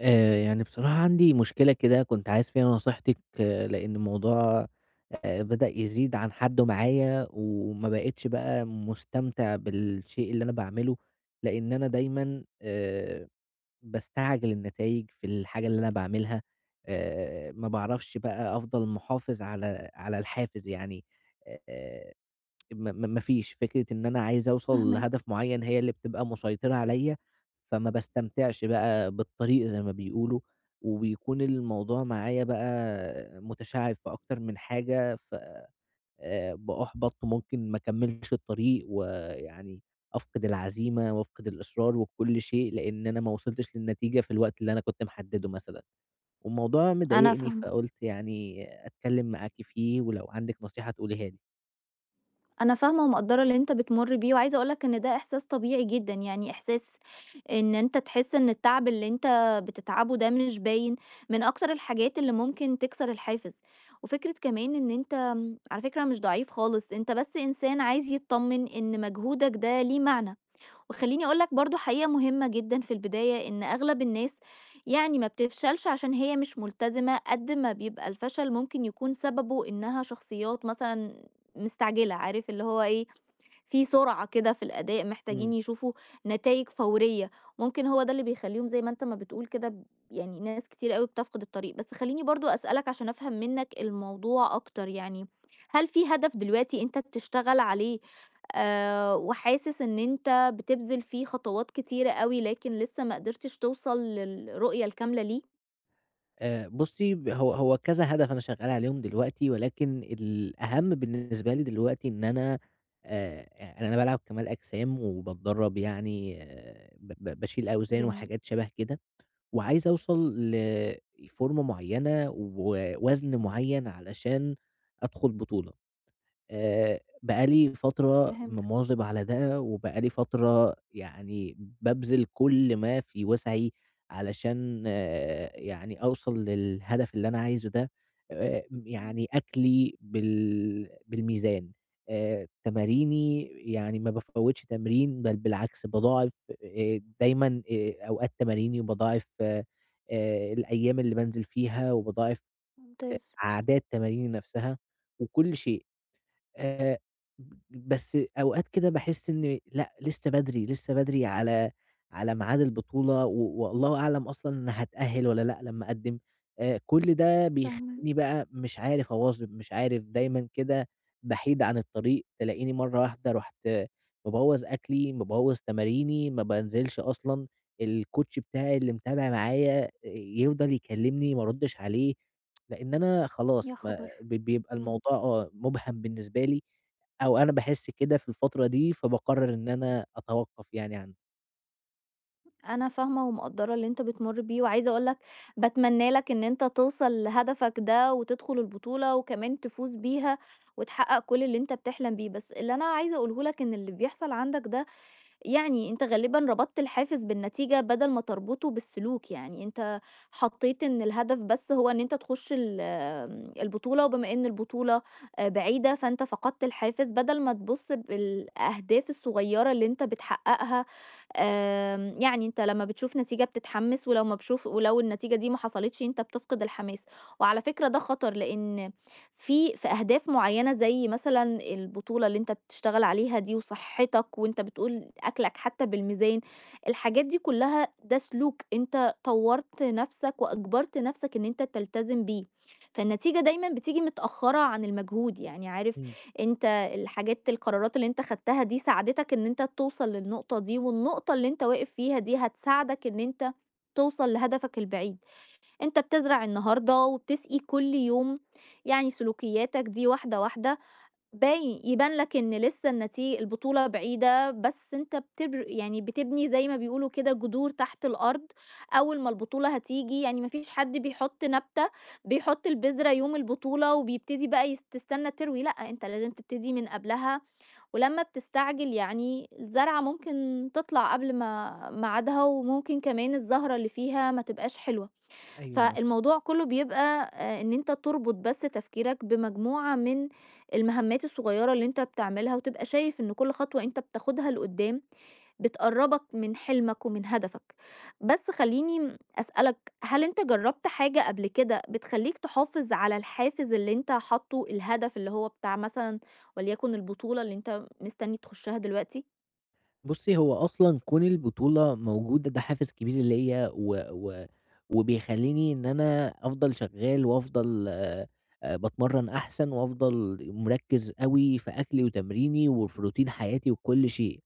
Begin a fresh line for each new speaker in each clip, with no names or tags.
يعني بصراحة عندي مشكلة كده كنت عايز فيها نصيحتِك، آه، لإن الموضوع بدأ يزيد عن حدُّه معايا، وما بقيتش بقى مستمتع بالشيء اللي أنا باعمله، لإن أنا دايمًا باستعجل النتايج في الحاجة اللي أنا باعملها، ما باعرفش بقى أفضل محافظ على الحافز يعني آآ ما فيش، فكرة إن أنا عايز أوصل
فاهماك.
لهدف معيّن هي اللي بتبقى مسيطرة عليَّ، فما باستمتعش بقى بالطريق زي ما بيقولوا، وبيكون الموضوع معايا بقى متشعِّب في أكتر من حاجة، ف بأُحبَط وممكن ما أكمّلش الطريق، ويعني أفقد العزيمة وأفقد الإصرار وكل شيء، لإن أنا ما وصلتش للنتيجة في الوقت اللي أنا كنت محدّده مثلًا، والموضوع
أنا
مضايقني
فاهمة،
فقُلت يعني أتكلّم معاكِ فيه، ولو عندِك نصيحة تقوليها لي.
أنا فاهمة ومقدّرة اللي أنت بتمُر بيه، وعايزة أقول لك إن ده إحساس طبيعي جدًا، يعني إحساس إن أنت تحس إن التعب اللي أنت بتتعبه ده مش باين، من أكتر الحاجات اللي ممكن تكسر الحافز، وفكرة كمان إن أنت على فكرة مش ضعيف خالص، أنت بس إنسان عايز يتطمن إن مجهودك ده ليه معنى، وخلّيني أقول لك برضه حقيقة مهمة جدًا في البداية، إن أغلب الناس يعني ما بتفشلش عشان هي مش ملتزمة، قد ما بيبقى الفشل ممكن يكون سببه إنها شخصيات مثلًا مستعجلة، عارف اللي هو إيه، في سرعة كده في الأداء، محتاجين
إمم.
يشوفوا نتايج فورية، ممكن هو ده اللي بيخلّيهم زي ما أنت ما بتقول كده يعني ناس كتير أوي بتفقد الطريق، بس خلّيني برضه أسألك عشان أفهم منّك الموضوع أكتر يعني، هل في هدف دلوقتي أنت بتشتغل عليه وحاسس إن أنت بتبذل فيه خطوات كتيرة أوي لكن لسه ما قدرتش توصل للرؤية الكاملة ليه؟
بُصّي، ب هو هو كذا هدف أنا شغّال عليهم دلوقتي، ولكن الأهم بالنسبة لي دلوقتي إن أنا يعني أنا بالعب كمال أجسام وباتدرّب يعني آه، ب ب باشيل أوزان
جميل.
وحاجات شَبه كده، وعايز أوصل لفورمة معيّنة ووزن معيّن علشان أدخُل بطولة. بقى لي فترة
فهمتك.
مواظب على ده، وبقى لي فترة يعني بابذل كل ما في وسعي علشان آه، يعني أوصل للهدف اللي أنا عايزه ده،
إمم.
يعني أكلي بالميزان، تماريني يعني ما بافوّتش تمرين، بل بالعكس باضاعف دايمًا أوقات تماريني، وباضاعف الأيام اللي بانزل فيها، وباضاعف
ممتاز.
أعداد تماريني نفسها، وكل شيء. آآ ب بس أوقات كده باحس إن لأ، لسه بدري، لسه بدري على ميعاد البطولة والله أعلم أصلًا هاتأهل والّا لأ لمّا أقدّم، كل ده بيخلّيني
فاهماك.
بقى مش عارف أواظب، مش عارف دايمًا كده بحيد عن الطريق، تلاقيني مرّة واحدة رُحت مبوّظ أكلي، مبوّظ تماريني، ما بانزلش أصلًا، الcoach بتاعي اللي متابع معايا يفضل يكلمني ما أردش عليه، لإن أنا خلاص
يا
ما
خبر!
بيبقى
إمم.
الموضوع آه، مُبهَم بالنسبة لي، أو أنا باحس كده في الفترة دي، فباقرر إن أنا أتوقّف يعني عنه.
أنا فاهمة ومقدّرة اللي أنت بتمُر بيه، وعايزة أقول لك باتمنى لك إن أنت توصل لهدفك ده، وتدخل البطولة وكمان تفوز بيها، وتحقق كل اللي أنت بتحلم بيه، بس اللي أنا عايزة أقوله لك إن اللي بيحصل عندك ده يعني أنت غالبًا ربطت الحافز بالنتيجة بدل ما تربطه بالسلوك، يعني أنت حطيت إن الهدف بس هو إن أنت تخش ال آمم، البطولة، وبما إن البطولة بعيدة فأنت فقدت الحافز بدل ما تبُص بالأهداف الصغيرة اللي أنت بتحققها، يعني أنت لمّا بتشوف نتيجة بتتحمس، ولو ما بشوف ولو النتيجة دي ما حصلتش أنت بتفقد الحماس، وعلى فكرة ده خطر لإن في أهداف معيّنة زي مثلًا البطولة اللي أنت بتشتغل عليها دي وصحّتك وأنت بتقول أكلك حتى بالميزان، الحاجات دي كلّها ده سلوك أنت طوّرت نَفْسك وأجبرت نَفْسك إن أنت تلتزم بيه، فالنتيجة دايمًا بتيجي متأخّرة عن المجهود، يعني عارف
إمم،
أنت القرارات اللي أنت خدتها دي ساعدتك إن أنت توصل للنقطة دي والنقطة اللي أنت واقف فيها دي هتساعدك إن أنت توصل لهدفك البعيد. أنت بتزرع النهارده وبتسقي كل يوم، يعني سلوكياتك دي واحدة، واحدة باين يبان لك إن لسه البطولة بعيدة، بس أنت بتبر يعني بتبني زي ما بيقولوا كده جذور تحت الأرض، أول ما البطولة هتيجي يعني ما فيش حد بيحط نبتة، بيحط البذرة يوم البطولة وبيبتدي بقى تستنى تروي، لأ، أنت لازم تبتدي من قبلها، ولمّا بتستعجل يعني الزرعة ممكن تطلع قبل ما ميعادها، وممكن كمان الزهرة اللي فيها ما تبقاش حلوة.
أيوه، آه.
فالموضوع كله بيبقى ان انت تربط بس تفكيرك بمجموعة من المهمات الصغيرة اللي انت بتعملها وتبقى شايف ان كل خطوة انت بتاخدها لقدام بتقربك من حلمك ومن هدفك، بس خليني أسألك هل انت جربت حاجة قبل كده بتخليك تحافظ على الحافز اللي انت حاطه الهدف اللي هو بتاع مثلا وليكن البطولة اللي انت مستني تخشها دلوقتي؟
بُصّي، هو أصلًا كون البطولة موجودة ده حافز كبير ليّا، و و وبيخلّيني إن أنا أفضل شغّال وأفضل باتمرّن أحسن وأفضل مركّز أوي في أكلي وتمريني وفي روتين حياتي وكل شيء.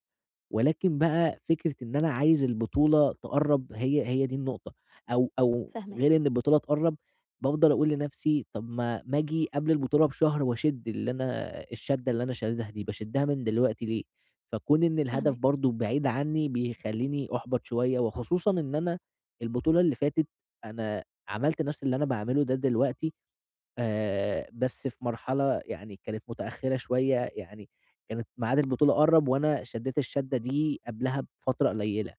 ولكن بقى فكرة إن أنا عايز البطولة تقرّب هي دي النقطة، أو غير
فهمك.
إن البطولة تقرّب بافضل أقول لنفسي طب ما آجي قبل البطولة بشهر واشِد اللي أنا الشدّة اللي أنا شاددها دي، باشدّها من دلوقتي ليه؟ فكون إن الهدف
فهمك.
برضه بعيد عني بيخلّيني أُحبط شوية، وخصوصًا إن أنا البطولة اللي فاتت أنا عملت نفس اللي أنا باعمله ده دلوقتي بس في مرحلة يعني كانت متأخّرة شوية، يعني كانت ميعاد البطولة قرّب وأنا شدّيت الشدّة دي قبلها بفترة قليّلة.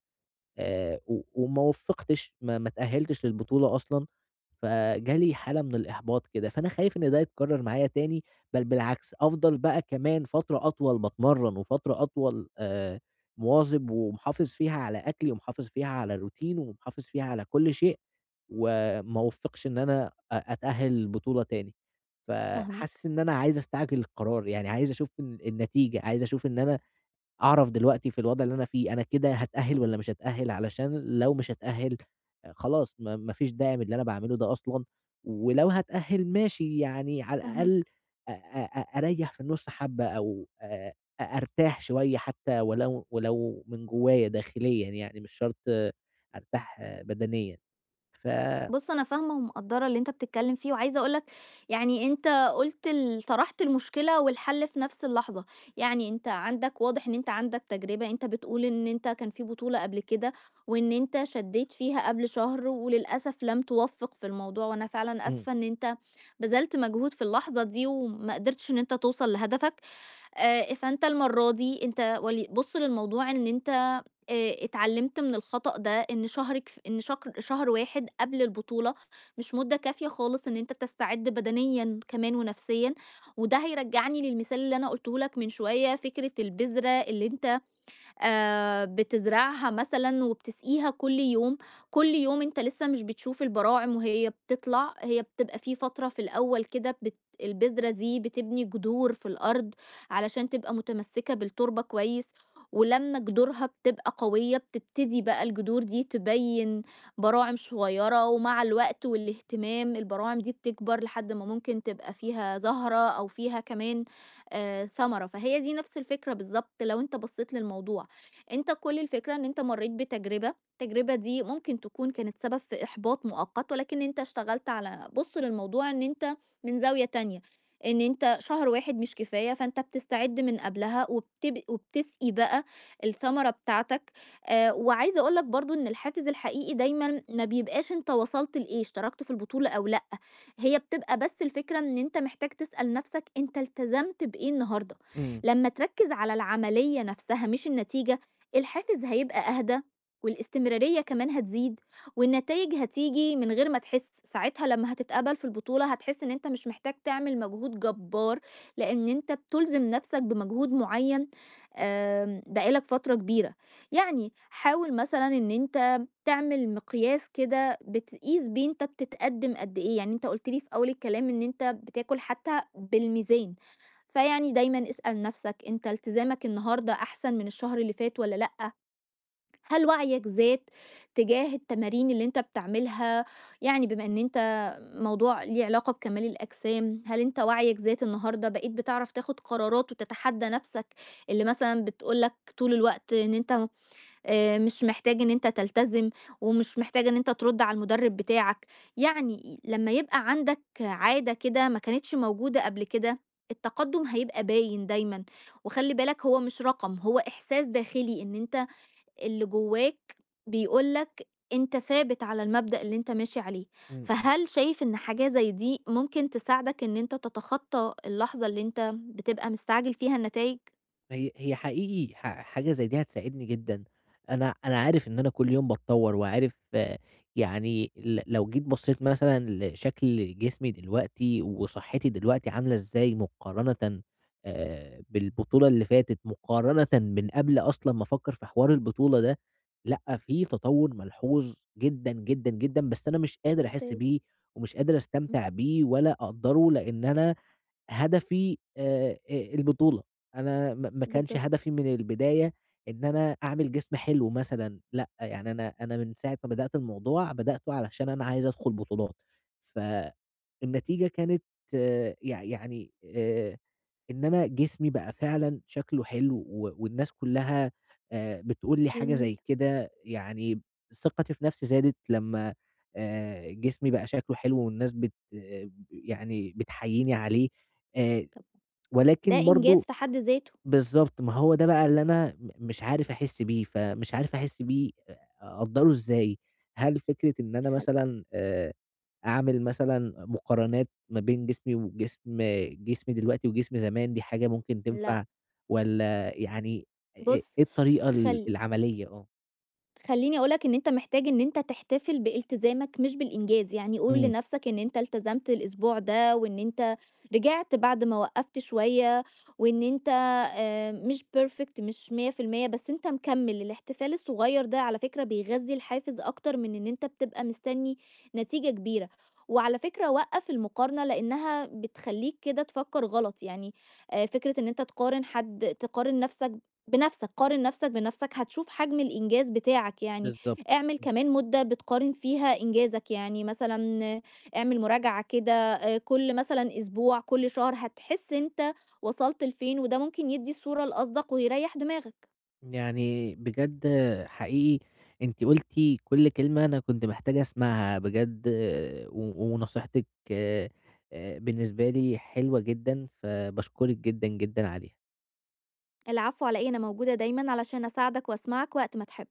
و وما وفّقتش ما اتأهّلتش للبطولة أصلًا، فجالي حالة من الإحباط كده، فأنا خايف إن ده يتكرّر معايا تاني، بل بالعكس أفضل بقى كمان فترة أطول باتمرّن وفترة أطول مواظب ومحافظ فيها على أكلي ومحافظ فيها على الروتين ومحافظ فيها على كل شيء، وما اوفّقش إن أنا أتأهّل للبطولة تاني،
فهمك.
فحاسس إن أنا عايز أستعجل القرار، يعني عايز أشوف النتيجة، عايز أشوف إن أنا أعرف دلوقتي في الوضع اللي أنا فيه، أنا كده هاتأهل والّا مش هاتأهل، علشان لو مش هاتأهل خلاص ما فيش داعي من اللي أنا باعمله ده أصلًا، ولو هاتأهل ماشي يعني على
فهمك.
الأقل أ أ أ أريّح في النُص حبّة أو أ أرتاح شوية حتى ولو من جوايا داخليًا يعني مش شرط آه، أرتاح آه، بدنيًا. إمم،
بُص، أنا فاهمة ومقدّرة اللي أنت بتتكلم فيه، وعايزة أقول لك يعني أنت قُلت طرحت المشكلة والحل في نفس اللحظة، يعني أنت عندك واضح إن أنت عندك تجربة، أنت بتقول إن أنت كان في بطولة قبل كده، وإن أنت شدّيت فيها قبل شهر وللأسف لم توفّق في الموضوع، وأنا فعلًا
إمم،
آسفة إن أنت بذلت مجهود في اللحظة دي وما قدرتش إن أنت توصل لهدفك، فأنت المرة دي أنت بُص للموضوع إن أنت اتعلمت من الخطأ ده إن شهرِك ف إن شكر شهر واحد قبل البطولة مش مدة كافية خالص إن أنت تستعد بدنيًا كمان ونفسيًا، وده هيرجّعني للمثال اللي أنا قُلته لك من شوية، فكرة البذرة اللي أنت بتزرعها مثلًا وبتسقيها كل يوم، كل يوم أنت لسه مش بتشوف البراعم وهي بتطلع، هي بتبقى في فترة في الأول كده البذرة دي بتبني جذور في الأرض علشان تبقى متمسكة بالتربة كويس، ولمّا جذورها بتبقى قوية بتبتدي بقى الجذور دي تبين براعم صغيرة، ومع الوقت والاهتمام البراعم دي بتكبر لحد ما ممكن تبقى فيها زهرة أو فيها كمان ثمرة، فهي دي نفس الفكرة بالضبط لو أنت بصيت للموضوع. أنت كل الفكرة إن أنت مرّيت بتجربة، التجربة دي ممكن تكون كانت سبب في إحباط مؤقت، ولكن أنت اشتغلت على بُص للموضوع إن أنت من زاوية تانية، إن أنت شهر واحد مش كفاية، فأنت بتستعد من قبلها وبتسقي بقى الثمرة بتاعتك، وعايزة أقول لك برضه إن الحافز الحقيقي دايمًا ما بيبقاش أنت وصلت لإيه، اشتركت في البطولة أو لأ، هي بتبقى بس الفكرة إن أنت محتاج تسأل نفسك أنت التزمت بإيه النهارده،
إمم،
لمّا تركّز على العملية نفسها مش النتيجة الحافز هيبقى أهدى، والاستمرارية كمان هتزيد، والنتائج هتيجي من غير ما تحس، ساعتها لما هتتقبل في البطولة هتحس ان انت مش محتاج تعمل مجهود جبار لان انت بتلزم نفسك بمجهود معين. بقالك فترة كبيرة، يعني حاول مثلا ان انت تعمل مقياس كده بتقيس بيه انت بتتقدم قد ايه، يعني انت قلت لي في اول الكلام ان انت بتاكل حتى بالميزان، فيعني دايما اسأل نفسك انت التزامك النهاردة احسن من الشهر اللي فات ولا لأ، هل وعيك زاد تجاه التمارين اللي أنت بتعملها؟ يعني بما إن أنت موضوع ليه علاقة بكمال الأجسام، هل أنت وعيك زاد النهارده، بقيت بتعرف تاخد قرارات وتتحدى نفسك اللي مثلًا بتقول لك طول الوقت إن أنت مش محتاج إن أنت تلتزم، ومش محتاج إن أنت ترد على المدرب بتاعك، يعني لمّا يبقى عندك عادة كده ما كانتش موجودة قبل كده، التقدم هيبقى باين دايمًا، وخلي بالك هو مش رقم، هو إحساس داخلي إن أنت اللي جواك بيقول لك أنت ثابت على المبدأ اللي أنت ماشي عليه،
إمم.
فهل شايف إن حاجة زي دي ممكن تساعدك إن أنت تتخطى اللحظة اللي أنت بتبقى مستعجل فيها النتايج؟
هي حقيقي حاجة زي دي هتساعدني جدًا، أنا عارف إن أنا كل يوم باتطور وعارف آه، يعني لو جيت بصيت مثلًا لشكل جسمي دلوقتي وصحتي دلوقتي عاملة إزاي مقارنةً بالبطولة اللي فاتت، مقارنةً من قبل أصلًا ما أفكّر في حوار البطولة ده، لأ في تطور ملحوظ جدًا، جدًا، جدًا، بس أنا مش قادر أحس
ممتاز.
بيه ومش قادر
إمم.
أستمتع بيه ولا أقدّره لإن أنا هدفي أ البطولة، أنا ما كانش
بالضبط.
هدفي من البداية إن أنا أعمل جسم حلو مثلًا، لأ، يعني أنا من ساعة ما بدأت الموضوع، بدأته علشان أنا عايز أدخل بطولات، فالنتيجة كانت آه، يعني إن أنا جسمي بقى فعلًا شكله حلو والناس كلّها بتقول لي حاجة
جميل.
زي كده، يعني ثقتي في نفسي زادت لمّا جسمي بقى شكله حلو والناس بت آه، يعني بتحيّيني عليه آآ
طب ده
ولكن
إنجاز
برضه
في حد ذاته.
بالضبط، ما هو ده بقى اللي أنا مش عارف أحس بيه، فمش عارف أحس بيه أقدّره إزاي؟ هل فكرة إن أنا
خل
مثلًا أعمل مثلًا مقارنات ما بين جسمي وجسم جسمي دلوقتي وجسم زمان دي حاجة ممكن
لأ،
تنفع والّا يعني إيه
بُص،
الطريقة ال
خل
العملية؟ آه،
خلّيني أقول لك إن أنت محتاج إن أنت تحتفل بإلتزامك مش بالإنجاز، يعني قُل
إمم،
لنفْسك إن أنت التزمت الأسبوع ده وإن أنت رجعت بعد ما وقّفت شوية وإن أنت مش perfect مش 100% بس أنت مكمّل، الاحتفال الصغيّر ده على فكرة بيغذّي الحافز أكتر من إن أنت بتبقى مستنّي نتيجة كبيرة، وعلى فكرة وقّف المقارنة لإنّها بتخلّيك كده تفكّر غلط، يعني فكرة إن أنت تقارن حد تقارن نفْسك بنفسك، قارن نفسك بنفسك، هتشوف حجم الإنجاز بتاعك يعني،
بالضبط.
اعمل كمان مدة بتقارن فيها إنجازك، يعني مثلًا اعمل مراجعة كده كل مثلًا أسبوع، كل شهر، هتحس أنت وصلت لفين، وده ممكن يدّي الصورة الأصدق ويريّح دماغك.
يعني بجد حقيقي أنتِ قلتِ كل كلمة أنا كنت محتاج أسمعها بجد آه، ونصيحتِك بالنسبة لي حلوة جدًا، فباشكرِك جدًا، جدًا عليها.
العفو على إيه، أنا موجودة دايمًا علشان أساعدك وأسمعك وقت ما تحب.